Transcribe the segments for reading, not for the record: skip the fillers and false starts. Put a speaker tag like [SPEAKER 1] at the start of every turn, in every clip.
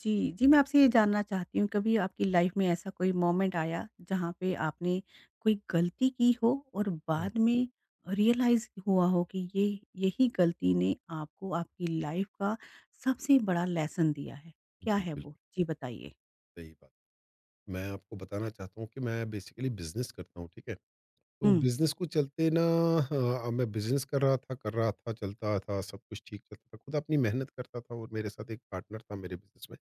[SPEAKER 1] जी, जी, मैं आपसे ये जानना चाहती हूँ कभी आपकी लाइफ़ में ऐसा कोई मोमेंट आया जहाँ पे आपने कोई गलती की हो और
[SPEAKER 2] हुँ।
[SPEAKER 1] बाद में रियलाइज़ हुआ हो कि ये यही गलती ने आपको आपकी लाइफ़ का सबसे बड़ा लेसन दिया है। क्या
[SPEAKER 2] जी,
[SPEAKER 1] है वो?
[SPEAKER 2] बिल्कुल,
[SPEAKER 1] जी बताइए।
[SPEAKER 2] सही बात। मैं आपको बताना चाहता हूँ कि मैं बेसिकली बिज़नेस करता हूँ, ठीक है? तो
[SPEAKER 1] हुँ,
[SPEAKER 2] बिज़नेस को चलते ना हाँ, मैं बिज़नेस कर रहा था, चलता था, सब कुछ ठीक चलता था। खुद अपनी मेहनत करता था और मेरे साथ एक पार्टनर था मेरे बिज़नेस में।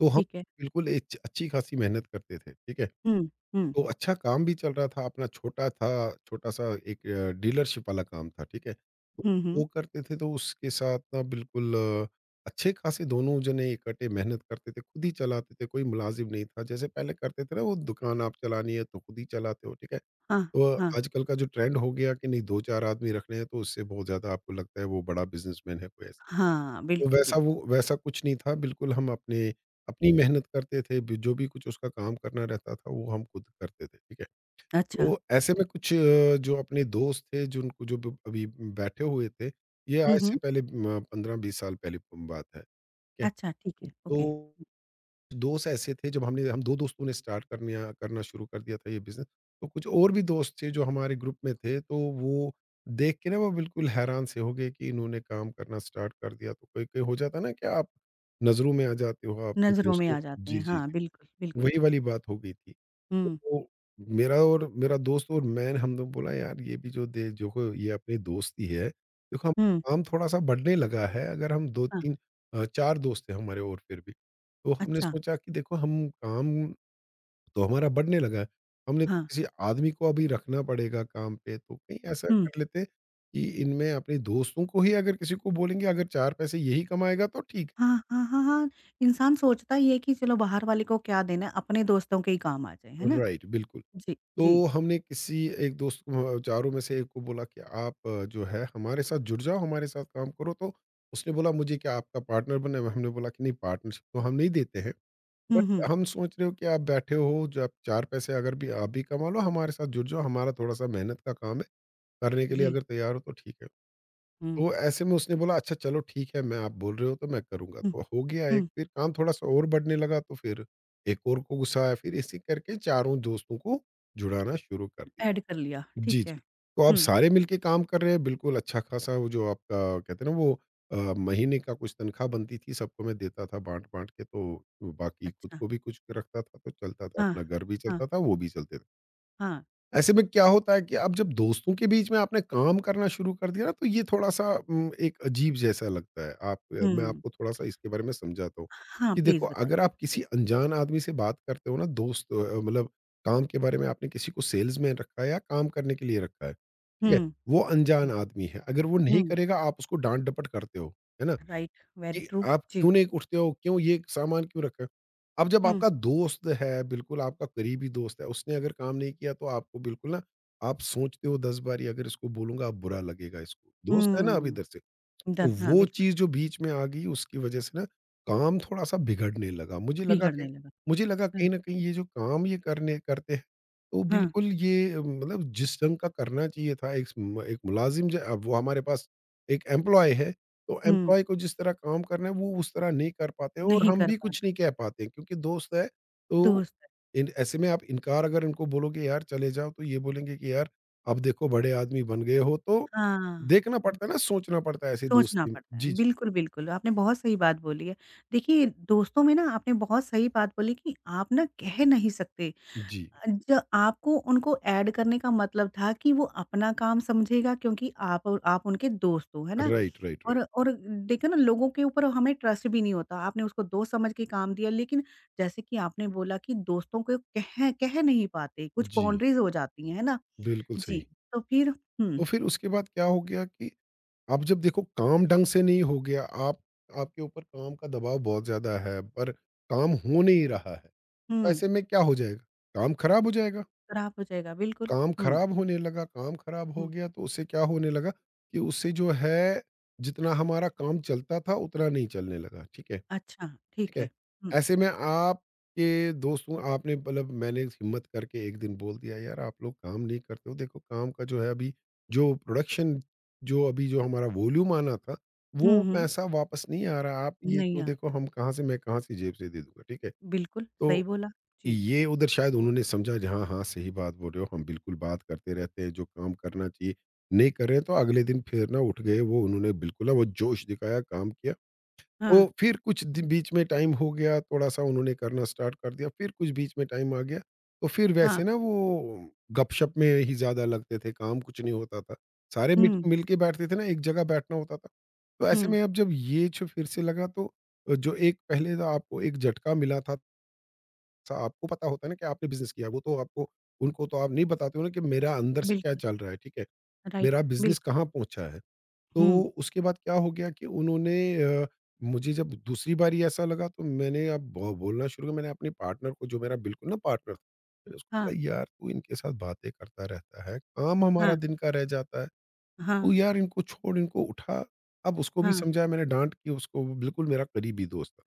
[SPEAKER 2] तो हम
[SPEAKER 1] ठीक है।
[SPEAKER 2] बिल्कुल एक अच्छी-खासी मेहनत करते थे, ठीक है?
[SPEAKER 1] हुँ, हुँ,
[SPEAKER 2] तो अच्छा काम भी चल रहा था, अपना छोटा था छोटा-सा एक डीलरशिप वाला काम था, ठीक है? तो
[SPEAKER 1] हुँ, हुँ।
[SPEAKER 2] वो करते थे तो उसके साथ ना बिल्कुल अच्छे खासे दोनों जने इकट्ठे मेहनत करते थे, खुद ही चलाते थे, कोई मुलाज़िम नहीं था। जैसे पहले करते थे ना वो दुकान आप चलानी है तो खुद ही चलाते हो, ठीक है?
[SPEAKER 1] हाँ,
[SPEAKER 2] तो
[SPEAKER 1] हाँ,
[SPEAKER 2] आजकल का जो ट्रेंड हो गया कि नहीं 2-4 आदमी रखने हैं तो उससे बहुत ज़्यादा आपको लगता है वो बड़ा बिज़नेसमैन है कोई ऐसा।
[SPEAKER 1] हाँ,
[SPEAKER 2] तो
[SPEAKER 1] बिल्कुल,
[SPEAKER 2] वैसा
[SPEAKER 1] बिल्कुल।
[SPEAKER 2] वो वैसा कुछ नहीं था, बिल्कुल हम अपने अपनी मेहनत करते थे, ब जो भी कुछ उसका काम करना रहता था वो हम खुद करते थे, ठीक है?
[SPEAKER 1] अच्छा,
[SPEAKER 2] तो
[SPEAKER 1] ठीक
[SPEAKER 2] ऐसे
[SPEAKER 1] है।
[SPEAKER 2] में कुछ जो अपने दोस्त थे जिनको जो अभी बैठे हुए थे। ये
[SPEAKER 1] हुँ,
[SPEAKER 2] आज
[SPEAKER 1] हुँ।
[SPEAKER 2] से पहले पंद्रह बीस साल पहले की बात है। ठीक है।
[SPEAKER 1] अच्छा, ठीक है,
[SPEAKER 2] तो
[SPEAKER 1] ओके।
[SPEAKER 2] दोस्त ऐसे थे जब हमने हम दो दोस्तों ने स्टार्ट करने करना शुरू कर दिया था ये बिजनेस। तो कुछ और भी दोस्त थे जो हमारे ग्रुप में थे तो वो देख के ना वो बिल्कुल हैरान से हो गए कि इन्होंने काम करना स्टार्ट कर दिया। तो कोई कोई हो जाता ना कि आप नजरों में आ जाते हो अपने
[SPEAKER 1] नज़रों में
[SPEAKER 2] दोस्तों।
[SPEAKER 1] आ जाते हैं।
[SPEAKER 2] जी जी
[SPEAKER 1] हाँ,
[SPEAKER 2] जी।
[SPEAKER 1] बिल्कुल, बिल्कुल।
[SPEAKER 2] वही वाली बात हो गई थी।
[SPEAKER 1] हुँ,
[SPEAKER 2] तो मेरा और मेरा दोस्त और मैं हम लोग बोला यार ये भी जो दे देखो ये अपनी दोस्ती है। देखो हम
[SPEAKER 1] हुँ।
[SPEAKER 2] काम थोड़ा-सा बढ़ने लगा है। अगर हम
[SPEAKER 1] हाँ,
[SPEAKER 2] 2-3 4 दोस्त थे हमारे और फिर भी। तो हमने
[SPEAKER 1] अच्छा,
[SPEAKER 2] सोचा कि देखो हम काम तो हमारा बढ़ने लगा है। हमने तो
[SPEAKER 1] हाँ,
[SPEAKER 2] किसी आदमी को अभी रखना पड़ेगा काम पे, तो कहीं ऐसा
[SPEAKER 1] हुँ।
[SPEAKER 2] कर लेते कि इनमें अपने दोस्तों को ही अगर किसी को बोलेंगे अगर 4 पैसे यही कमाएगा तो ठीक।
[SPEAKER 1] हाँ, हाँ, हाँ, हाँ। इंसान सोचता ही है कि चलो बाहर वाले को क्या देना है, अपने दोस्तों के ही काम आ जाए, है ना?
[SPEAKER 2] राइट, बिल्कुल।
[SPEAKER 1] जी, जी।
[SPEAKER 2] तो हमने किसी एक दोस्त को, चारों में से एक को बोला कि आप जो है हमारे साथ जुड़ जाओ, हमारे साथ काम करो। तो उसने बोला मुझे क्या आपका पार्टनर बनना है? हमने बोला कि नहीं पार्टनरशिप तो हम नहीं देते हैं।
[SPEAKER 1] हुँ,
[SPEAKER 2] बट
[SPEAKER 1] हुँ।
[SPEAKER 2] हम सोच रहे हो कि आप बैठे हो, जो आप 4 पैसे अगर भी आप भी कमा लो हमारे साथ जुड़ जाओ, हमारा थोड़ा-सा मेहनत का काम है, करने के लिए
[SPEAKER 1] जी।
[SPEAKER 2] अगर तैयार हो तो ठीक है।
[SPEAKER 1] हुँ,
[SPEAKER 2] तो ऐसे में उसने बोला अच्छा चलो ठीक है, मैं आप बोल रहे हो तो मैं करूँगा।
[SPEAKER 1] हुँ,
[SPEAKER 2] तो हो गया एक,
[SPEAKER 1] हुँ।
[SPEAKER 2] फिर काम थोड़ा-सा और बढ़ने लगा तो फिर एक और को गुस्सा आया, फिर इसी करके चारों दोस्तों को जुड़ाना शुरू कर
[SPEAKER 1] ऐड
[SPEAKER 2] दिया।
[SPEAKER 1] कर लिया,
[SPEAKER 2] जी,
[SPEAKER 1] ठीक है।
[SPEAKER 2] जी। तो आप
[SPEAKER 1] हुँ,
[SPEAKER 2] सारे मिलके काम कर रहे हैं, बिल्कुल अच्छा-खासा, वो जो आपका कहते हैं ना वो महीने का कुछ तनख्वाह बनती थी, सबको मैं देता था बाँट-बाँट के, तो बाकी खुद
[SPEAKER 1] अच्छा।
[SPEAKER 2] को भी कुछ रखता था, तो चलता था,
[SPEAKER 1] हाँ,
[SPEAKER 2] अपना घर भी
[SPEAKER 1] हाँ,
[SPEAKER 2] चलता था, वो भी चलते थे।
[SPEAKER 1] हाँ।
[SPEAKER 2] ऐसे में क्या होता है कि अब जब दोस्तों के बीच में आपने काम करना शुरू कर दिया ना तो ये थोड़ा-सा एक अजीब जैसा लगता है। आप मैं
[SPEAKER 1] हुँ।
[SPEAKER 2] आपको थोड़ा-सा इसके बारे में समझाता हूँ,
[SPEAKER 1] हाँ,
[SPEAKER 2] कि
[SPEAKER 1] प्लीज़
[SPEAKER 2] देखो
[SPEAKER 1] बताइए।
[SPEAKER 2] अगर आप
[SPEAKER 1] जी।
[SPEAKER 2] किसी अनजान आदमी से बात करते हो ना दोस्त मतलब काम के बारे में आपने किसी को सेल्समैन रखा है या काम करने के लिए रखा है, ठीक है?
[SPEAKER 1] हुँ,
[SPEAKER 2] वो अनजान
[SPEAKER 1] हुँ,
[SPEAKER 2] आदमी है, अगर वो नहीं
[SPEAKER 1] हुँ।
[SPEAKER 2] करेगा आप उसको डाँट-डपट करते हो, है ना?
[SPEAKER 1] राइट, वेरी
[SPEAKER 2] कि
[SPEAKER 1] ट्रू।
[SPEAKER 2] आप
[SPEAKER 1] जी।
[SPEAKER 2] क्यों नहीं उठते हो? क्यों ये सामान क्यों रखा है? अब जब
[SPEAKER 1] हुँ,
[SPEAKER 2] आपका दोस्त है, बिल्कुल आपका करीबी दोस्त है, उसने अगर काम नहीं किया तो आपको बिल्कुल ना आप सोचते हो 10 बारी अगर इसको बोलूँगा बुरा लगेगा इसको। दोस्त है ना अब
[SPEAKER 1] हुँ।
[SPEAKER 2] इधर से। तो
[SPEAKER 1] डन हाँ,
[SPEAKER 2] वो
[SPEAKER 1] बिल्कुल,
[SPEAKER 2] चीज़ जो बीच में आ गई उसकी वज़ह से ना काम थोड़ा-सा बिगड़ने लगा।
[SPEAKER 1] बिगड़ने लगा।
[SPEAKER 2] मुझे लगा
[SPEAKER 1] हाँ,
[SPEAKER 2] कहीं न कहीं ये जो काम ये करने करते हैं, तो
[SPEAKER 1] हाँ।
[SPEAKER 2] बिल्कुल ये मतलब जिस ढंग का करना चाहिए था, एक म एक मुलाज़िम जो अब वो हमारे पास एक एम्प्लॉयी है, तो
[SPEAKER 1] हुँ,
[SPEAKER 2] एम्प्लॉयी को जिस तरह काम करना है वो उस तरह नहीं कर पाते हैं और
[SPEAKER 1] नहीं
[SPEAKER 2] हम
[SPEAKER 1] कर
[SPEAKER 2] भी
[SPEAKER 1] पा
[SPEAKER 2] कुछ नहीं कह पाते हैं क्योंकि दोस्त है, तो
[SPEAKER 1] दोस्त
[SPEAKER 2] इन ऐसे में आप इनकार अगर इनको बोलोगे यार चले जाओ तो ये बोलेंगे कि यार अब देखो बड़े आदमी बन गए हो तो
[SPEAKER 1] हाँ।
[SPEAKER 2] देखना पड़ता है ना, सोचना पड़ता है ऐसी
[SPEAKER 1] सोचना
[SPEAKER 2] दोस्ती में।
[SPEAKER 1] पड़ता है।
[SPEAKER 2] जी, जी।
[SPEAKER 1] बिल्कुल, बिल्कुल, आपने बहुत सही बात बोली है। देखिए, दोस्तों में ना आपने बहुत सही बात बोली कि आप ना कह नहीं सकते।
[SPEAKER 2] जी।
[SPEAKER 1] अ, ज आपको उनको ऐड करने का मतलब था कि वो अपना काम समझेगा क्योंकि आप उनके दोस्त हो, है ना?
[SPEAKER 2] राइट, राइट,
[SPEAKER 1] और
[SPEAKER 2] राइट।
[SPEAKER 1] और देखो ना लोगों के ऊपर हमें ट्रस्ट भी नहीं होता। आपने उसको दोस्त समझ के काम दिया लेकिन जैसे कि आपने बोला कि दोस्तों को कह कह नहीं पाते, कुछ
[SPEAKER 2] जी,
[SPEAKER 1] बाउंड्रीज़ हो जाती हैं, है ना?
[SPEAKER 2] बिल्कुल
[SPEAKER 1] जी,
[SPEAKER 2] सही।
[SPEAKER 1] तो फिर हुँ,
[SPEAKER 2] तो फिर उसके बाद क्या हो गया कि अब जब देखो काम ढंग से नहीं हो गया, आप आपके ऊपर काम का दबाव बहुत ज़्यादा है, पर काम हो नहीं रहा है। तो
[SPEAKER 1] हुँ,
[SPEAKER 2] ऐसे में क्या हो जाएगा? काम खराब हो जाएगा।
[SPEAKER 1] खराब हो जाएगा बिल्कुल।
[SPEAKER 2] काम
[SPEAKER 1] हुँ,
[SPEAKER 2] खराब होने लगा, काम खराब हो
[SPEAKER 1] हुँ।
[SPEAKER 2] गया तो उससे क्या होने लगा कि उससे जो है, जितना हमारा काम चलता था उतना नहीं चलने लगा, ठीक है?
[SPEAKER 1] अच्छा,
[SPEAKER 2] ठीक
[SPEAKER 1] ठीक
[SPEAKER 2] है?
[SPEAKER 1] है। हुँ,
[SPEAKER 2] ऐसे में आपके दोस्तों आपने मतलब मैंने हिम्मत करके एक दिन बोल दिया यार आप लोग काम नहीं करते हो। देखो काम का जो है अभी जो प्रोडक्शन जो अभी जो हमारा वॉल्यूम आना था,
[SPEAKER 1] हुँ,
[SPEAKER 2] वो
[SPEAKER 1] हुँ।
[SPEAKER 2] पैसा वापस नहीं आ रहा। आप ये
[SPEAKER 1] नहीं
[SPEAKER 2] तो
[SPEAKER 1] आ
[SPEAKER 2] देखो
[SPEAKER 1] रहा।
[SPEAKER 2] हम कहाँ से मैं कहाँ से जेब से दे दूँगा, ठीक है?
[SPEAKER 1] बिल्कुल, सही
[SPEAKER 2] तो
[SPEAKER 1] बोला। जी,
[SPEAKER 2] ये उधर शायद उन्होंने समझा जी हाँ, हाँ, सही बात बोल रहे हो। हम बिल्कुल बात करते रहते हैं, जो काम करना चाहिए नहीं कर रहे हैं। तो अगले दिन फिर ना उठ गए वो, उन्होंने बिल्कुल ना वो जोश दिखाया, काम किया।
[SPEAKER 1] हाँ,
[SPEAKER 2] तो फिर कुछ दि बीच में टाइम हो गया, थोड़ा-सा उन्होंने करना स्टार्ट कर दिया, फिर कुछ बीच में टाइम आ गया, तो फिर
[SPEAKER 1] हाँ।
[SPEAKER 2] वैसे ना वो गपशप में ही ज़्यादा लगते थे, काम कुछ नहीं होता था। सारे मिट
[SPEAKER 1] हुँ,
[SPEAKER 2] मिल के बैठते थे ना, एक जगह बैठना होता था। तो ऐसे
[SPEAKER 1] हुँ,
[SPEAKER 2] में अब जब ये जो फिर से लगा तो जो एक पहले तो आपको एक झटका मिला था, सा आपको पता होता है ना कि आपने बिज़नेस किया, वो तो आपको उनको तो आप नहीं बताते हो ना कि मेरा अंदर से क्या
[SPEAKER 1] बिल्कुल,
[SPEAKER 2] चल रहा है, ठीक है?
[SPEAKER 1] राइट,
[SPEAKER 2] मेरा बिज़नेस
[SPEAKER 1] बिल्कुल।
[SPEAKER 2] कहाँ पहुँचा है? तो
[SPEAKER 1] हुँ,
[SPEAKER 2] उसके बाद क्या हो गया कि उन्होंने अ, मुझे जब दूसरी बारी ऐसा लगा तो मैंने अब बोलना शुरू किया, मैंने अपने पार्टनर को जो मेरा बिल्कुल ना पार्टनर था, मैंने उसको
[SPEAKER 1] हाँ,
[SPEAKER 2] बोला यार तू इनके साथ बातें करता रहता है, काम हमारा
[SPEAKER 1] हाँ,
[SPEAKER 2] दिन का रह जाता है,
[SPEAKER 1] हाँ,
[SPEAKER 2] तू यार इनको छोड़, इनको उठा। अब उसको भी
[SPEAKER 1] हाँ।
[SPEAKER 2] समझाया मैंने, डांट की उसको, वो बिल्कुल मेरा करीबी दोस्त था।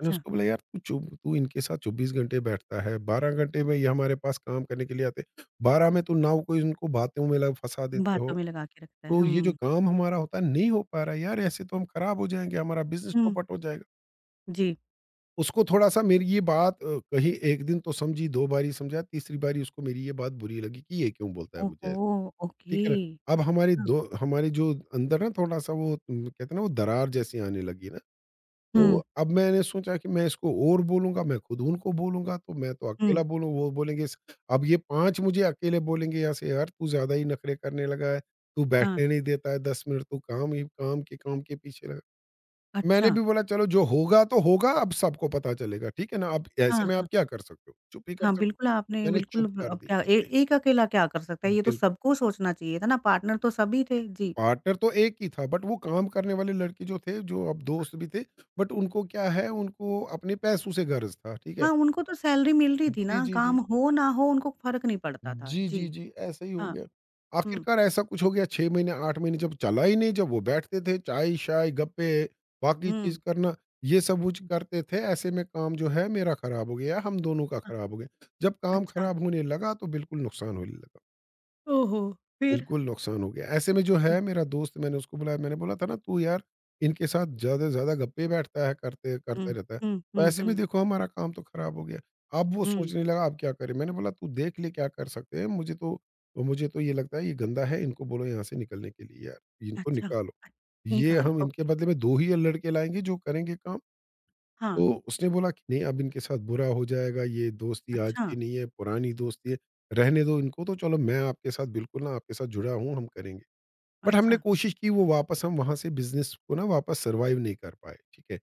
[SPEAKER 2] मैंने उसको बोला यार तू चुप, तू इनके साथ चौबीस घंटे बैठता है, बारह घंटे में ये हमारे पास काम करने के लिए आते, बारह में तू नाव को इनको बातों में फंसा देते हो,
[SPEAKER 1] बातों में लगा के रखता है।
[SPEAKER 2] तो ये जो
[SPEAKER 1] हुँ,
[SPEAKER 2] काम हमारा होता है नहीं हो पा रहा है यार, ऐसे तो हम खराब हो जाएँगे, हमारा बिज़नेस
[SPEAKER 1] हुँ,
[SPEAKER 2] चौपट हो जाएगा।
[SPEAKER 1] जी।
[SPEAKER 2] उसको थोड़ा-सा मेरी ये बात कही, 1 दिन तो समझी, 2 बारी समझा, तीसरी बारी उसको मेरी ये बात बुरी लगी कि ये क्यों बोलता है मुझे
[SPEAKER 1] ओहो!
[SPEAKER 2] ऐसे,
[SPEAKER 1] ओके।
[SPEAKER 2] ठीक है ना? अब हमारी
[SPEAKER 1] हाँ,
[SPEAKER 2] दो हमारे जो अंदर ना थोड़ा-सा वो कहते हैं ना वो दरार जैसी आने लगी ना। तो
[SPEAKER 1] हुँ,
[SPEAKER 2] अब मैंने सोचा कि मैं इसको और बोलूँगा, मैं खुद उनको बोलूँगा, तो मैं तो
[SPEAKER 1] हुँ,
[SPEAKER 2] अकेला बोलूँ, वो बोलेंगे स अब ये 5 मुझे अकेले बोलेंगे यहाँ से, "यार, तू ज़्यादा ही नखरे करने लगा है, तू
[SPEAKER 1] हाँ।
[SPEAKER 2] बैठने नहीं देता है 10 मिनट, तू काम ही काम के पीछे लगा।" मैंने
[SPEAKER 1] अच्छा,
[SPEAKER 2] भी बोला, "चलो, जो होगा तो होगा, अब सबको पता चलेगा, ठीक है ना? अब
[SPEAKER 1] हाँ,
[SPEAKER 2] ऐसे में
[SPEAKER 1] हाँ।
[SPEAKER 2] आप क्या कर सकते हो? चुप ही कर
[SPEAKER 1] हाँ,
[SPEAKER 2] सक।"
[SPEAKER 1] बिल्कुल आपने
[SPEAKER 2] मैंने
[SPEAKER 1] बिल्कुल
[SPEAKER 2] चुप
[SPEAKER 1] ब
[SPEAKER 2] कर
[SPEAKER 1] अब
[SPEAKER 2] दी,
[SPEAKER 1] क्या
[SPEAKER 2] ठीक
[SPEAKER 1] ए
[SPEAKER 2] है?
[SPEAKER 1] एक अकेला क्या कर सकता है? ये तो
[SPEAKER 2] बिल्कुल,
[SPEAKER 1] सबको सोचना चाहिए था ना, पार्टनर तो सभी थे। जी।
[SPEAKER 2] पार्टनर तो एक ही था, बट वो काम करने वाले लड़के जो थे, जो अब दोस्त भी थे, बट उनको क्या है, उनको अपने पैसों से गर्ज़ था, ठीक
[SPEAKER 1] हाँ,
[SPEAKER 2] है?
[SPEAKER 1] उनको तो सैलरी मिल रही थी
[SPEAKER 2] जी,
[SPEAKER 1] ना,
[SPEAKER 2] जी,
[SPEAKER 1] काम
[SPEAKER 2] जी।
[SPEAKER 1] हो ना हो उनको फ़र्क नहीं पड़ता था।
[SPEAKER 2] जी, जी,
[SPEAKER 1] जी,
[SPEAKER 2] जी, ऐसा ही हो
[SPEAKER 1] हाँ।
[SPEAKER 2] गया।
[SPEAKER 1] हुँ,
[SPEAKER 2] आखिरकार ऐसा कुछ हो गया 6 महीने, 8 महीने जब चला ही नहीं, जब वो बैठते थे, चाय-शाय, गप्पे, बाकी चीज़
[SPEAKER 1] हुँ,
[SPEAKER 2] करना, ये सब कुछ
[SPEAKER 1] हुँ।
[SPEAKER 2] करते थे, ऐसे में काम जो है मेरा खराब हो गया, हम दोनों का
[SPEAKER 1] हाँ,
[SPEAKER 2] खराब हो गया। जब काम
[SPEAKER 1] अच्छा।
[SPEAKER 2] खराब होने लगा तो बिल्कुल नुकसान होने लगा।
[SPEAKER 1] ओहो! फिर?
[SPEAKER 2] बिल्कुल नुकसान हो गया। ऐसे में जो
[SPEAKER 1] हुँ,
[SPEAKER 2] है मेरा दोस्त, मैंने उसको बुलाया, मैंने बोला था ना तू यार इनके साथ ज़्यादा से ज़्यादा गप्पे बैठता है, करते करता
[SPEAKER 1] हुँ,
[SPEAKER 2] रहता है।
[SPEAKER 1] हुँ,
[SPEAKER 2] तो
[SPEAKER 1] हुँ,
[SPEAKER 2] ऐसे में
[SPEAKER 1] हुँ,
[SPEAKER 2] देखो हमारा काम तो खराब हो गया। अब वो
[SPEAKER 1] हुँ।
[SPEAKER 2] सोचने लगा अब क्या करें? मैंने बोला तू देख ले क्या कर सकते हैं? मुझे तो ये लगता है ये गंदा है, इनको बोलो यहाँ से निकलने के लिए यार, इनको
[SPEAKER 1] अच्छा,
[SPEAKER 2] निकालो।
[SPEAKER 1] अ,
[SPEAKER 2] ये
[SPEAKER 1] निकाल
[SPEAKER 2] हम इनके
[SPEAKER 1] ओके।
[SPEAKER 2] बदले में 2 ही लड़के लाएँगे जो करेंगे काम।
[SPEAKER 1] हाँ,
[SPEAKER 2] तो उसने बोला कि नहीं, अब इनके साथ बुरा हो जाएगा, ये दोस्ती आज
[SPEAKER 1] अच्छा,
[SPEAKER 2] की नहीं है, पुरानी दोस्ती है, रहने दो इनको। तो चलो, मैं आपके साथ बिल्कुल, ना आपके साथ जुड़ा हूँ, हम करेंगे। बट हमने
[SPEAKER 1] अच्छा।
[SPEAKER 2] कोशिश की, वो वापस हम वहां से बिजनेस को ना वापस सर्वाइव नहीं कर पाए, ठीक है,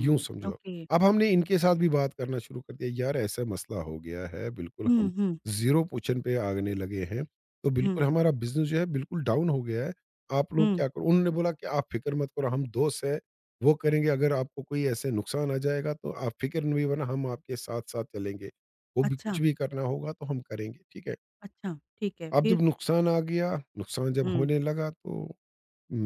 [SPEAKER 2] यूँ समझो। आप।
[SPEAKER 1] ओके।
[SPEAKER 2] अब हमने इनके साथ भी बात करना शुरू कर दिया, यार ऐसा मसला हो गया है, बिल्कुल
[SPEAKER 1] हुँ,
[SPEAKER 2] हम
[SPEAKER 1] हुँ,
[SPEAKER 2] ज़ीरो पोज़िशन पे आने लगे हैं, तो बिल्कुल
[SPEAKER 1] हुँ,
[SPEAKER 2] हमारा बिज़नेस जो है बिल्कुल डाउन हो गया है। आप लोग
[SPEAKER 1] हुँ।
[SPEAKER 2] क्या करो? उन्होंने बोला कि आप फ़िक्र मत करो, हम दोस्त हैं, वो करेंगे। अगर आपको कोई ऐसे नुकसान आ जाएगा तो आप फ़िक्र नहीं, वरना हम आपके साथ-साथ चलेंगे। वो भी
[SPEAKER 1] अच्छा,
[SPEAKER 2] कुछ भी करना होगा तो हम करेंगे, ठीक है।
[SPEAKER 1] अच्छा, ठीक है
[SPEAKER 2] अब जब
[SPEAKER 1] फिर?
[SPEAKER 2] नुकसान आ गया, नुकसान जब
[SPEAKER 1] हुँ,
[SPEAKER 2] होने लगा, तो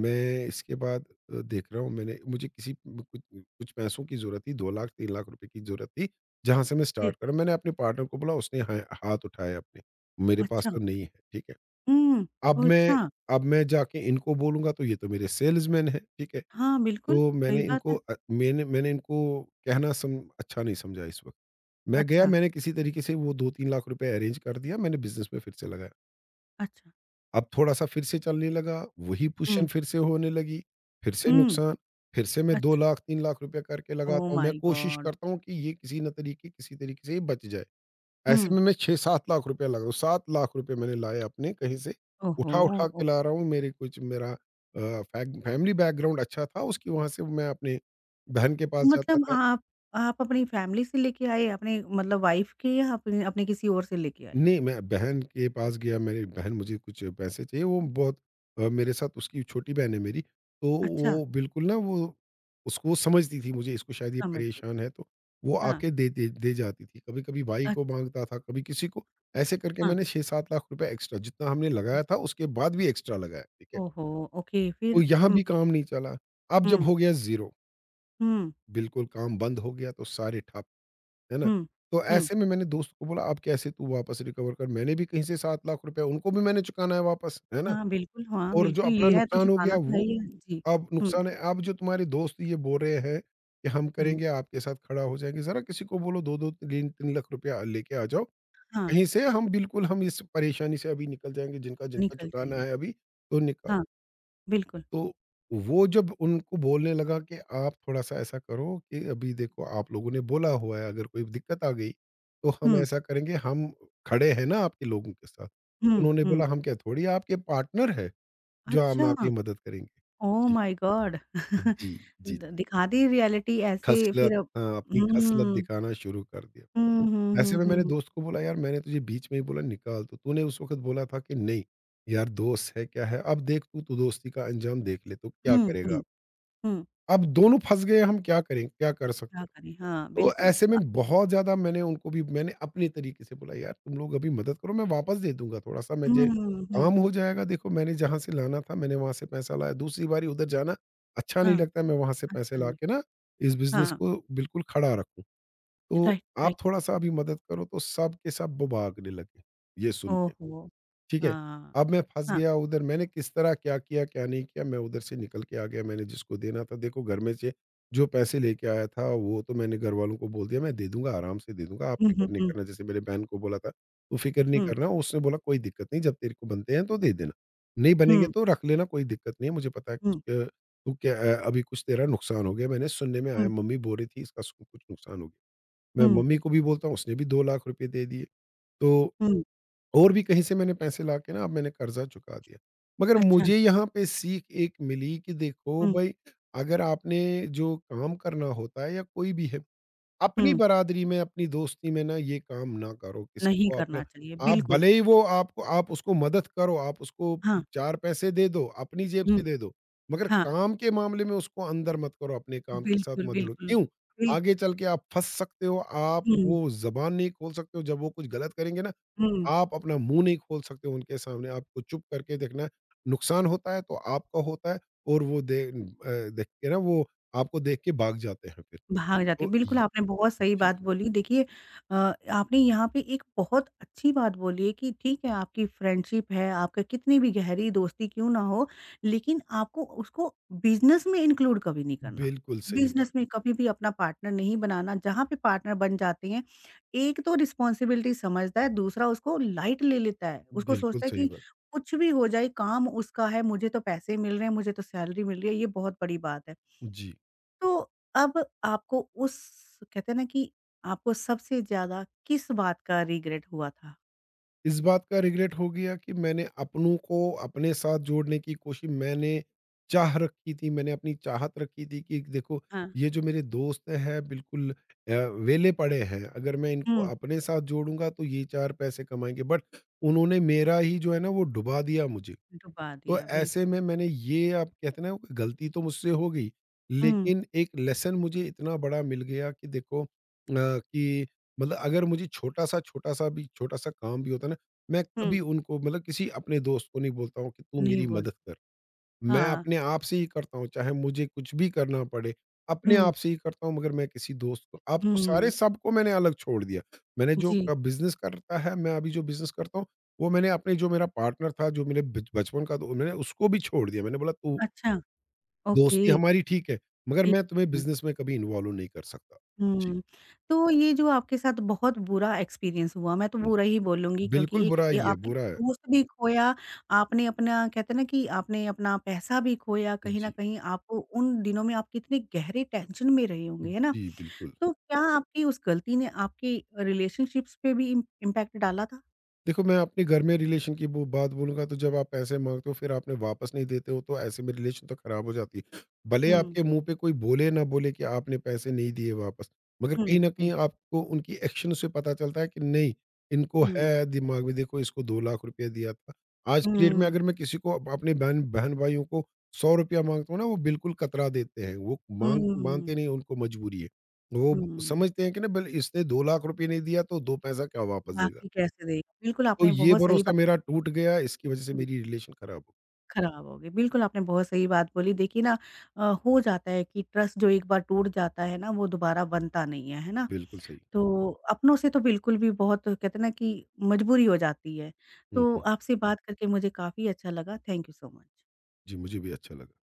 [SPEAKER 2] मैं इसके बाद देख रहा हूँ। मैंने मुझे किसी म कुछ कुछ पैसों की ज़रूरत थी, 2 लाख 3 लाख रुपए की ज़रूरत थी, जहाँ से मैं
[SPEAKER 1] फिर?
[SPEAKER 2] स्टार्ट करा। मैंने अपने पार्टनर को बोला, उसने हाय हाथ उठाए अपने, मेरे पास
[SPEAKER 1] अच्छा,
[SPEAKER 2] तो नहीं है, ठीक है।
[SPEAKER 1] हुँ,
[SPEAKER 2] अब
[SPEAKER 1] ओह
[SPEAKER 2] मैं
[SPEAKER 1] अच्छा।
[SPEAKER 2] अब मैं जाके इनको बोलूँगा तो ये तो मेरे सेल्समैन हैं, ठीक है।
[SPEAKER 1] हाँ, बिल्कुल,
[SPEAKER 2] तो
[SPEAKER 1] सही
[SPEAKER 2] मैंने
[SPEAKER 1] बात
[SPEAKER 2] इनको
[SPEAKER 1] है।
[SPEAKER 2] अ, मैंने मैंने इनको कहना सम अच्छा नहीं समझा इस वक़्त। मैं गया,
[SPEAKER 1] अच्छा,
[SPEAKER 2] मैंने किसी तरीके से वो 2-3 लाख रुपए अरेंज कर दिया, मैंने बिज़नेस में फिर से लगाया।
[SPEAKER 1] अच्छा।
[SPEAKER 2] अब थोड़ा-सा फिर से चलने लगा, वही
[SPEAKER 1] हुँ,
[SPEAKER 2] पोज़ीशन फिर से होने लगी, फिर से
[SPEAKER 1] हुँ,
[SPEAKER 2] नुकसान, फिर से मैं 2
[SPEAKER 1] अच्छा।
[SPEAKER 2] लाख 3 लाख रुपए करके
[SPEAKER 1] ओह
[SPEAKER 2] लगाता हूँ। मैं
[SPEAKER 1] माय
[SPEAKER 2] कोशिश
[SPEAKER 1] गॉड!
[SPEAKER 2] करता हूँ कि ये किसी न तरीके किसी तरीके से ये बच जाए। ऐसे
[SPEAKER 1] हुँ।
[SPEAKER 2] में मैं 6-7 लाख रुपए लगा, 7 लाख रुपए मैंने लाए अपने कहीं से,
[SPEAKER 1] ओहो!
[SPEAKER 2] उठा-उठा
[SPEAKER 1] ओ
[SPEAKER 2] के ला रहा हूँ। मेरे कुछ मेरा फै फैमिली बैकग्राउंड अच्छा था, उसकी वहाँ से मैं अपने बहन के
[SPEAKER 1] तो
[SPEAKER 2] पास जाता
[SPEAKER 1] मतलब
[SPEAKER 2] था।
[SPEAKER 1] आप अपनी फैमिली से लेके आए, अपने मतलब वाइफ के या अपने अपने किसी और से लेके आए?
[SPEAKER 2] नहीं, मैं बहन के पास गया, मेरी बहन, मुझे कुछ पैसे चाहिए, वो बहुत मेरे साथ उसकी छोटी बहन है मेरी, तो
[SPEAKER 1] अच्छा।
[SPEAKER 2] वो बिल्कुल ना, वो उसको, वो समझती थी मुझे, इसको शायद ये
[SPEAKER 1] समझ गई।
[SPEAKER 2] परेशान है, तो वो
[SPEAKER 1] हाँ।
[SPEAKER 2] आके दे दे दे जाती थी। कभी-कभी भाई को माँगता था, कभी किसी को, ऐसे करके
[SPEAKER 1] अच्छा।
[SPEAKER 2] मैंने 6-7 लाख रुपए एक्स्ट्रा, जितना हमने
[SPEAKER 1] हुँ।
[SPEAKER 2] लगाया था, उसके बाद भी एक्स्ट्रा लगाया, ठीक है?
[SPEAKER 1] ओहो! ओके
[SPEAKER 2] तो
[SPEAKER 1] फिर?
[SPEAKER 2] यहाँ
[SPEAKER 1] हुँ,
[SPEAKER 2] भी काम नहीं चला, अब जब
[SPEAKER 1] हुँ,
[SPEAKER 2] हो गया ज़ीरो,
[SPEAKER 1] हुँ,
[SPEAKER 2] बिल्कुल काम बंद हो गया, तो सारे ठप। है ना?
[SPEAKER 1] हुँ,
[SPEAKER 2] तो
[SPEAKER 1] हुँ।
[SPEAKER 2] ऐसे में मैंने दोस्त को बोला, "अब कैसे तू वापस रिकवर कर?" मैंने भी कहीं से 7 लाख रुपए, उनको भी मैंने चुकाना है वापस, है ना?
[SPEAKER 1] हाँ,
[SPEAKER 2] और जो
[SPEAKER 1] बिल्कुल
[SPEAKER 2] अपना
[SPEAKER 1] लिया है तो
[SPEAKER 2] नुकसान हो
[SPEAKER 1] चुकाना
[SPEAKER 2] गया
[SPEAKER 1] तो है
[SPEAKER 2] वो
[SPEAKER 1] ही है। जी।
[SPEAKER 2] अब
[SPEAKER 1] हुँ,
[SPEAKER 2] नुकसान है। अब जो तुम्हारे दोस्त ये बोल रहे हैं कि हम
[SPEAKER 1] हुँ।
[SPEAKER 2] करेंगे, आपके साथ खड़ा हो जाएँगे, ज़रा किसी को बोलो 2-2 3-3 लाख रुपया लेके आ जाओ।
[SPEAKER 1] हाँ,
[SPEAKER 2] कहीं से हम बिल्कुल, हम इस परेशानी से अभी निकल जाएँगे, जिनका जिनका
[SPEAKER 1] निकल
[SPEAKER 2] चुकाना
[SPEAKER 1] जाएँगे।
[SPEAKER 2] है अभी, तो निका
[SPEAKER 1] हाँ, बिल्कुल।
[SPEAKER 2] तो वो जब उनको बोलने लगा कि आप थोड़ा-सा ऐसा करो कि अभी देखो, आप लोगों ने बोला हुआ है, अगर कोई दिक्कत आ गई तो हम
[SPEAKER 1] हुँ,
[SPEAKER 2] ऐसा करेंगे, हम खड़े हैं ना आपके लोगों के साथ।
[SPEAKER 1] हुँ,
[SPEAKER 2] उन्होंने
[SPEAKER 1] हुँ।
[SPEAKER 2] बोला, हम क्या थोड़ी आपके पार्टनर हैं, जो
[SPEAKER 1] अच्छा!
[SPEAKER 2] हम आपकी मदद करेंगे।
[SPEAKER 1] ओह
[SPEAKER 2] जी,
[SPEAKER 1] माय गॉड!
[SPEAKER 2] जी, जी, जी।
[SPEAKER 1] द दिखा दी रियलिटी ऐसे
[SPEAKER 2] खसलत,
[SPEAKER 1] फिर अब
[SPEAKER 2] हाँ, अपनी खसलत
[SPEAKER 1] हुँ।
[SPEAKER 2] दिखाना शुरू कर
[SPEAKER 1] हुँ,
[SPEAKER 2] दिया।
[SPEAKER 1] हुँ,
[SPEAKER 2] ऐसे
[SPEAKER 1] हुँ,
[SPEAKER 2] में
[SPEAKER 1] हुँ,
[SPEAKER 2] मैंने
[SPEAKER 1] हुँ।
[SPEAKER 2] दोस्त को बोला, यार मैंने तुझे बीच में ही बोला निकाल, तो तूने उस वक़्त बोला था कि नहीं, यार दोस्त है क्या है, अब देख तू, तू दोस्ती का अंजाम देख ले, तो क्या
[SPEAKER 1] हुँ,
[SPEAKER 2] करेगा?
[SPEAKER 1] हुँ, हुँ।
[SPEAKER 2] अब दोनों फँस गए, हम क्या करें, क्या कर
[SPEAKER 1] क्या
[SPEAKER 2] सकते हैं?
[SPEAKER 1] करें? हाँ,
[SPEAKER 2] तो
[SPEAKER 1] बिल्कुल।
[SPEAKER 2] ऐसे में बहुत ज़्यादा मैंने उनको भी मैंने अपने तरीके से बोला, यार तुम लोग अभी मदद करो, मैं वापस दे दूँगा, थोड़ा-सा मुझे
[SPEAKER 1] हुँ, हुँ।
[SPEAKER 2] काम हो जाएगा, देखो मैंने जहाँ से लाना था मैंने वहाँ से पैसा लाया, दूसरी बारी उधर जाना अच्छा नहीं
[SPEAKER 1] हाँ,
[SPEAKER 2] लगता, मैं वहाँ से पैसे
[SPEAKER 1] अच्छा
[SPEAKER 2] ला
[SPEAKER 1] है।
[SPEAKER 2] के ना इस बिज़नेस
[SPEAKER 1] हाँ,
[SPEAKER 2] को बिल्कुल खड़ा रखूँ। तो
[SPEAKER 1] राइट,
[SPEAKER 2] आप
[SPEAKER 1] राइट।
[SPEAKER 2] थोड़ा-सा अभी मदद करो, तो सब के सब वो भागने लगे, ये सुन के।
[SPEAKER 1] ओहो!
[SPEAKER 2] ठीक है?
[SPEAKER 1] हाँ,
[SPEAKER 2] अब मैं फँस
[SPEAKER 1] हाँ।
[SPEAKER 2] गया, उधर मैंने किस तरह क्या किया, क्या नहीं किया, मैं उधर से निकल के आ गया, मैंने जिसको देना था, देखो घर में से जो पैसे लेके आया था वो तो मैंने घरवालों को बोल दिया, मैं दे दूँगा, आराम से दे दूँगा, आप
[SPEAKER 1] हुँ, हुँ,
[SPEAKER 2] फ़िक्र नहीं
[SPEAKER 1] हुँ,
[SPEAKER 2] करना। जैसे मेरे बहन को बोला था, "तू फ़िक्र नहीं
[SPEAKER 1] हुँ,
[SPEAKER 2] करना", उसने बोला, "कोई दिक्कत नहीं, जब तेरे को बनते हैं तो दे देना, नहीं बनेंगे
[SPEAKER 1] हुँ,
[SPEAKER 2] तो रख लेना, कोई दिक्कत नहीं है, मुझे पता है
[SPEAKER 1] हुँ,
[SPEAKER 2] कि तू क्या अभी कुछ तेरा नुकसान हो गया।" मैंने सुनने में आया,
[SPEAKER 1] हुँ,
[SPEAKER 2] मम्मी बोल रही थी, इसका सु कुछ नुकसान हो गया। मैं
[SPEAKER 1] हुँ,
[SPEAKER 2] मम्मी को भी बोलता हूँ, उसने भी 2 लाख रुपए दे दिए। तो
[SPEAKER 1] हुँ।
[SPEAKER 2] और भी कहीं से मैंने पैसे लाके ना, अब मैंने कर्जा चुका दिया। मगर
[SPEAKER 1] अच्छा,
[SPEAKER 2] मुझे यहाँ पे सीख एक मिली कि देखो
[SPEAKER 1] हुँ,
[SPEAKER 2] भई, अगर आपने जो काम करना होता है, या कोई भी है, अपनी
[SPEAKER 1] हुँ।
[SPEAKER 2] बरादरी में, अपनी दोस्ती में ना ये काम ना करो, किसी
[SPEAKER 1] नहीं
[SPEAKER 2] को
[SPEAKER 1] करना
[SPEAKER 2] अपना,
[SPEAKER 1] चाहिए,
[SPEAKER 2] आप
[SPEAKER 1] बिल्कुल।
[SPEAKER 2] भले ही वो, आपको, आप उसको मदद करो, आप उसको
[SPEAKER 1] हाँ,
[SPEAKER 2] 4 पैसे दे दो, अपनी जेब
[SPEAKER 1] हुँ,
[SPEAKER 2] से दे दो, मगर
[SPEAKER 1] हाँ।
[SPEAKER 2] काम के मामले में उसको अंदर मत करो, अपने काम के साथ
[SPEAKER 1] बिल्कुल,
[SPEAKER 2] मत जुड़ो।
[SPEAKER 1] बिल्कुल।
[SPEAKER 2] क्यों?
[SPEAKER 1] बिल
[SPEAKER 2] आगे चल के आप फँस सकते हो, आप
[SPEAKER 1] हुँ,
[SPEAKER 2] वो ज़बान नहीं खोल सकते हो, जब वो कुछ गलत करेंगे ना,
[SPEAKER 1] हुँ।
[SPEAKER 2] आप अपना मुँह नहीं खोल सकते उनके सामने, आपको चुप करके देखना है। नुकसान होता है तो आपका होता है, और वो देख के ना वो, आपको देख के भाग जाते हैं फिर।
[SPEAKER 1] भाग जाती है,
[SPEAKER 2] तो
[SPEAKER 1] बिल्कुल
[SPEAKER 2] ये
[SPEAKER 1] आपने बहुत सही
[SPEAKER 2] जी,
[SPEAKER 1] बात बोली। देखिए आपने यहाँ पे एक बहुत अच्छी बात बोली है कि ठीक है आपकी फ्रेंडशिप है, आपका कितनी भी गहरी दोस्ती क्यों ना हो, लेकिन आपको उसको बिज़नेस में इंक्लूड कभी नहीं करना।
[SPEAKER 2] बिल्कुल सही
[SPEAKER 1] बिज़नेस
[SPEAKER 2] बात,
[SPEAKER 1] में कभी भी अपना पार्टनर नहीं बनाना, जहाँ पे पार्टनर बन जाते हैं, एक तो रिस्पॉन्सिबिलिटी समझता है, दूसरा उसको लाइट ले लेता है। उसको
[SPEAKER 2] बिल्कुल
[SPEAKER 1] सोचता है
[SPEAKER 2] सही
[SPEAKER 1] कि
[SPEAKER 2] बात।
[SPEAKER 1] कुछ भी हो जाए काम उसका है, मुझे तो पैसे मिल रहे हैं, मुझे तो सैलरी मिल रही है, ये बहुत बड़ी बात है।
[SPEAKER 2] जी।
[SPEAKER 1] तो अब आपको उस कहते हैं ना कि आपको सबसे ज़्यादा किस बात का रिग्रेट हुआ था?
[SPEAKER 2] इस बात का रिग्रेट हो गया कि मैंने अपनों को अपने साथ जोड़ने की कोशिश, मैंने चाह रखी थी, मैंने अपनी चाहत रखी थी कि देखो
[SPEAKER 1] हाँ।
[SPEAKER 2] ये जो मेरे दोस्त हैं, बिल्कुल वेले पड़े हैं, अगर मैं इनको
[SPEAKER 1] हुँ।
[SPEAKER 2] अपने साथ जोड़ूँगा तो ये 4 पैसे कमाएँगे, बट उन्होंने मेरा ही जो है ना, वो डुबा दिया मुझे।
[SPEAKER 1] डुबा
[SPEAKER 2] तो
[SPEAKER 1] दिया,
[SPEAKER 2] ऐसे
[SPEAKER 1] बिल्कुल।
[SPEAKER 2] में मैंने ये, आप कहते हैं ना, गलती तो मुझसे हो गई,
[SPEAKER 1] हुँ,
[SPEAKER 2] लेकिन एक लेसन मुझे इतना बड़ा मिल गया कि देखो कि मतलब, अगर मुझे छोटा-सा, छोटा-सा भी, छोटा-सा काम भी होता है ना, मैं
[SPEAKER 1] हुँ।
[SPEAKER 2] कभी उनको मतलब किसी अपने दोस्त को नहीं बोलता हूँ कि तू
[SPEAKER 1] नहीं
[SPEAKER 2] मेरी
[SPEAKER 1] बोल
[SPEAKER 2] मदद कर। मैं
[SPEAKER 1] हाँ।
[SPEAKER 2] अपने आप से ही करता हूँ, चाहे मुझे कुछ भी करना पड़े, अपने
[SPEAKER 1] हुँ,
[SPEAKER 2] आप से ही करता हूँ, मगर मैं किसी दोस्त को, अब तो सारे
[SPEAKER 1] हुँ।
[SPEAKER 2] सबको मैंने अलग छोड़ दिया। मैंने जो
[SPEAKER 1] जी,
[SPEAKER 2] बिज़नेस करता है, मैं अभी जो बिज़नेस करता हूँ, वो मैंने अपने, जो मेरा पार्टनर था, जो मेरे बिच बचपन का दो मैंने उसको भी छोड़ दिया। मैंने बोला, तू
[SPEAKER 1] अच्छा, ओके।
[SPEAKER 2] दोस्ती हमारी ठीक है, मगर
[SPEAKER 1] ठीक।
[SPEAKER 2] मैं तुम्हें बिज़नेस में कभी इन्वॉल्व नहीं कर सकता। जी,
[SPEAKER 1] हुँ। तो ये जो आपके साथ बहुत बुरा एक्सपीरियंस हुआ, मैं तो
[SPEAKER 2] हुँ।
[SPEAKER 1] बुरा ही बोलूँगी
[SPEAKER 2] बिल्कुल
[SPEAKER 1] क्योंकि एक
[SPEAKER 2] बुरा
[SPEAKER 1] ए
[SPEAKER 2] ही है,
[SPEAKER 1] आपने
[SPEAKER 2] बुरा है।
[SPEAKER 1] दोस्त भी खोया, आपने अपना कहते हैं ना कि आपने अपना पैसा भी खोया, कहीं न
[SPEAKER 2] जी,
[SPEAKER 1] कहीं आप उन दिनों में आप कितने गहरे टेंशन में रहे होंगे, है ना?
[SPEAKER 2] जी बिल्कुल।
[SPEAKER 1] तो क्या आपकी उस गलती ने आपकी रिलेशनशिप्स पे भी इम इम्पैक्ट डाला था?
[SPEAKER 2] देखो, मैं अपने घर में रिलेशन की वो बात बोलूँगा, तो जब आप पैसे माँगते हो फिर आपने वापस नहीं देते हो, तो ऐसे में रिलेशन तो ख़राब हो जाती है। भले
[SPEAKER 1] हुँ।
[SPEAKER 2] आपके मुँह पे कोई बोले ना बोले कि आपने पैसे नहीं दिए वापस, मगर कहीं
[SPEAKER 1] हुँ,
[SPEAKER 2] न
[SPEAKER 1] हुँ,
[SPEAKER 2] कहीं आपको उनकी एक्शन से पता चलता है कि नहीं, इनको
[SPEAKER 1] हुँ,
[SPEAKER 2] है दिमाग में, देखो इसको ₹2 लाख रुपया दिया था। आज की डेट में
[SPEAKER 1] हुँ,
[SPEAKER 2] अगर मैं किसी को अपने बहन, बहन-भाइयों को ₹100 माँगता हूँ ना, वो बिल्कुल कतरा देते हैं। वो माँग
[SPEAKER 1] हुँ,
[SPEAKER 2] मानते नहीं, उनको मजबूरी है। वो
[SPEAKER 1] हुँ।
[SPEAKER 2] समझते हैं कि ना, भले इसने ₹2 लाख रुपये नहीं दिया तो 2 पैसा क्या वापस देगा।
[SPEAKER 1] बाकी कैसे देगा बिल्कुल
[SPEAKER 2] तो
[SPEAKER 1] आपने
[SPEAKER 2] ये
[SPEAKER 1] बहुत सही
[SPEAKER 2] भरोसा
[SPEAKER 1] बात
[SPEAKER 2] मेरा टूट गया, इसकी वज़ह से मेरी रिलेशन खराब हो,
[SPEAKER 1] खराब हो गई। बिल्कुल, आपने बहुत सही बात बोली। देखिए ना हो जाता है कि ट्रस्ट जो एक बार टूट जाता है ना, वो दोबारा बनता नहीं है, है ना?
[SPEAKER 2] बिल्कुल सही।
[SPEAKER 1] तो अपनों से तो बिल्कुल भी बहुत कहते हैं ना कि मजबूरी हो जाती है।
[SPEAKER 2] हुँ,
[SPEAKER 1] तो
[SPEAKER 2] हुँ।
[SPEAKER 1] आपसे बात करके मुझे काफ़ी अच्छा लगा। Thank you so much.
[SPEAKER 2] जी, मुझे भी अच्छा लगा।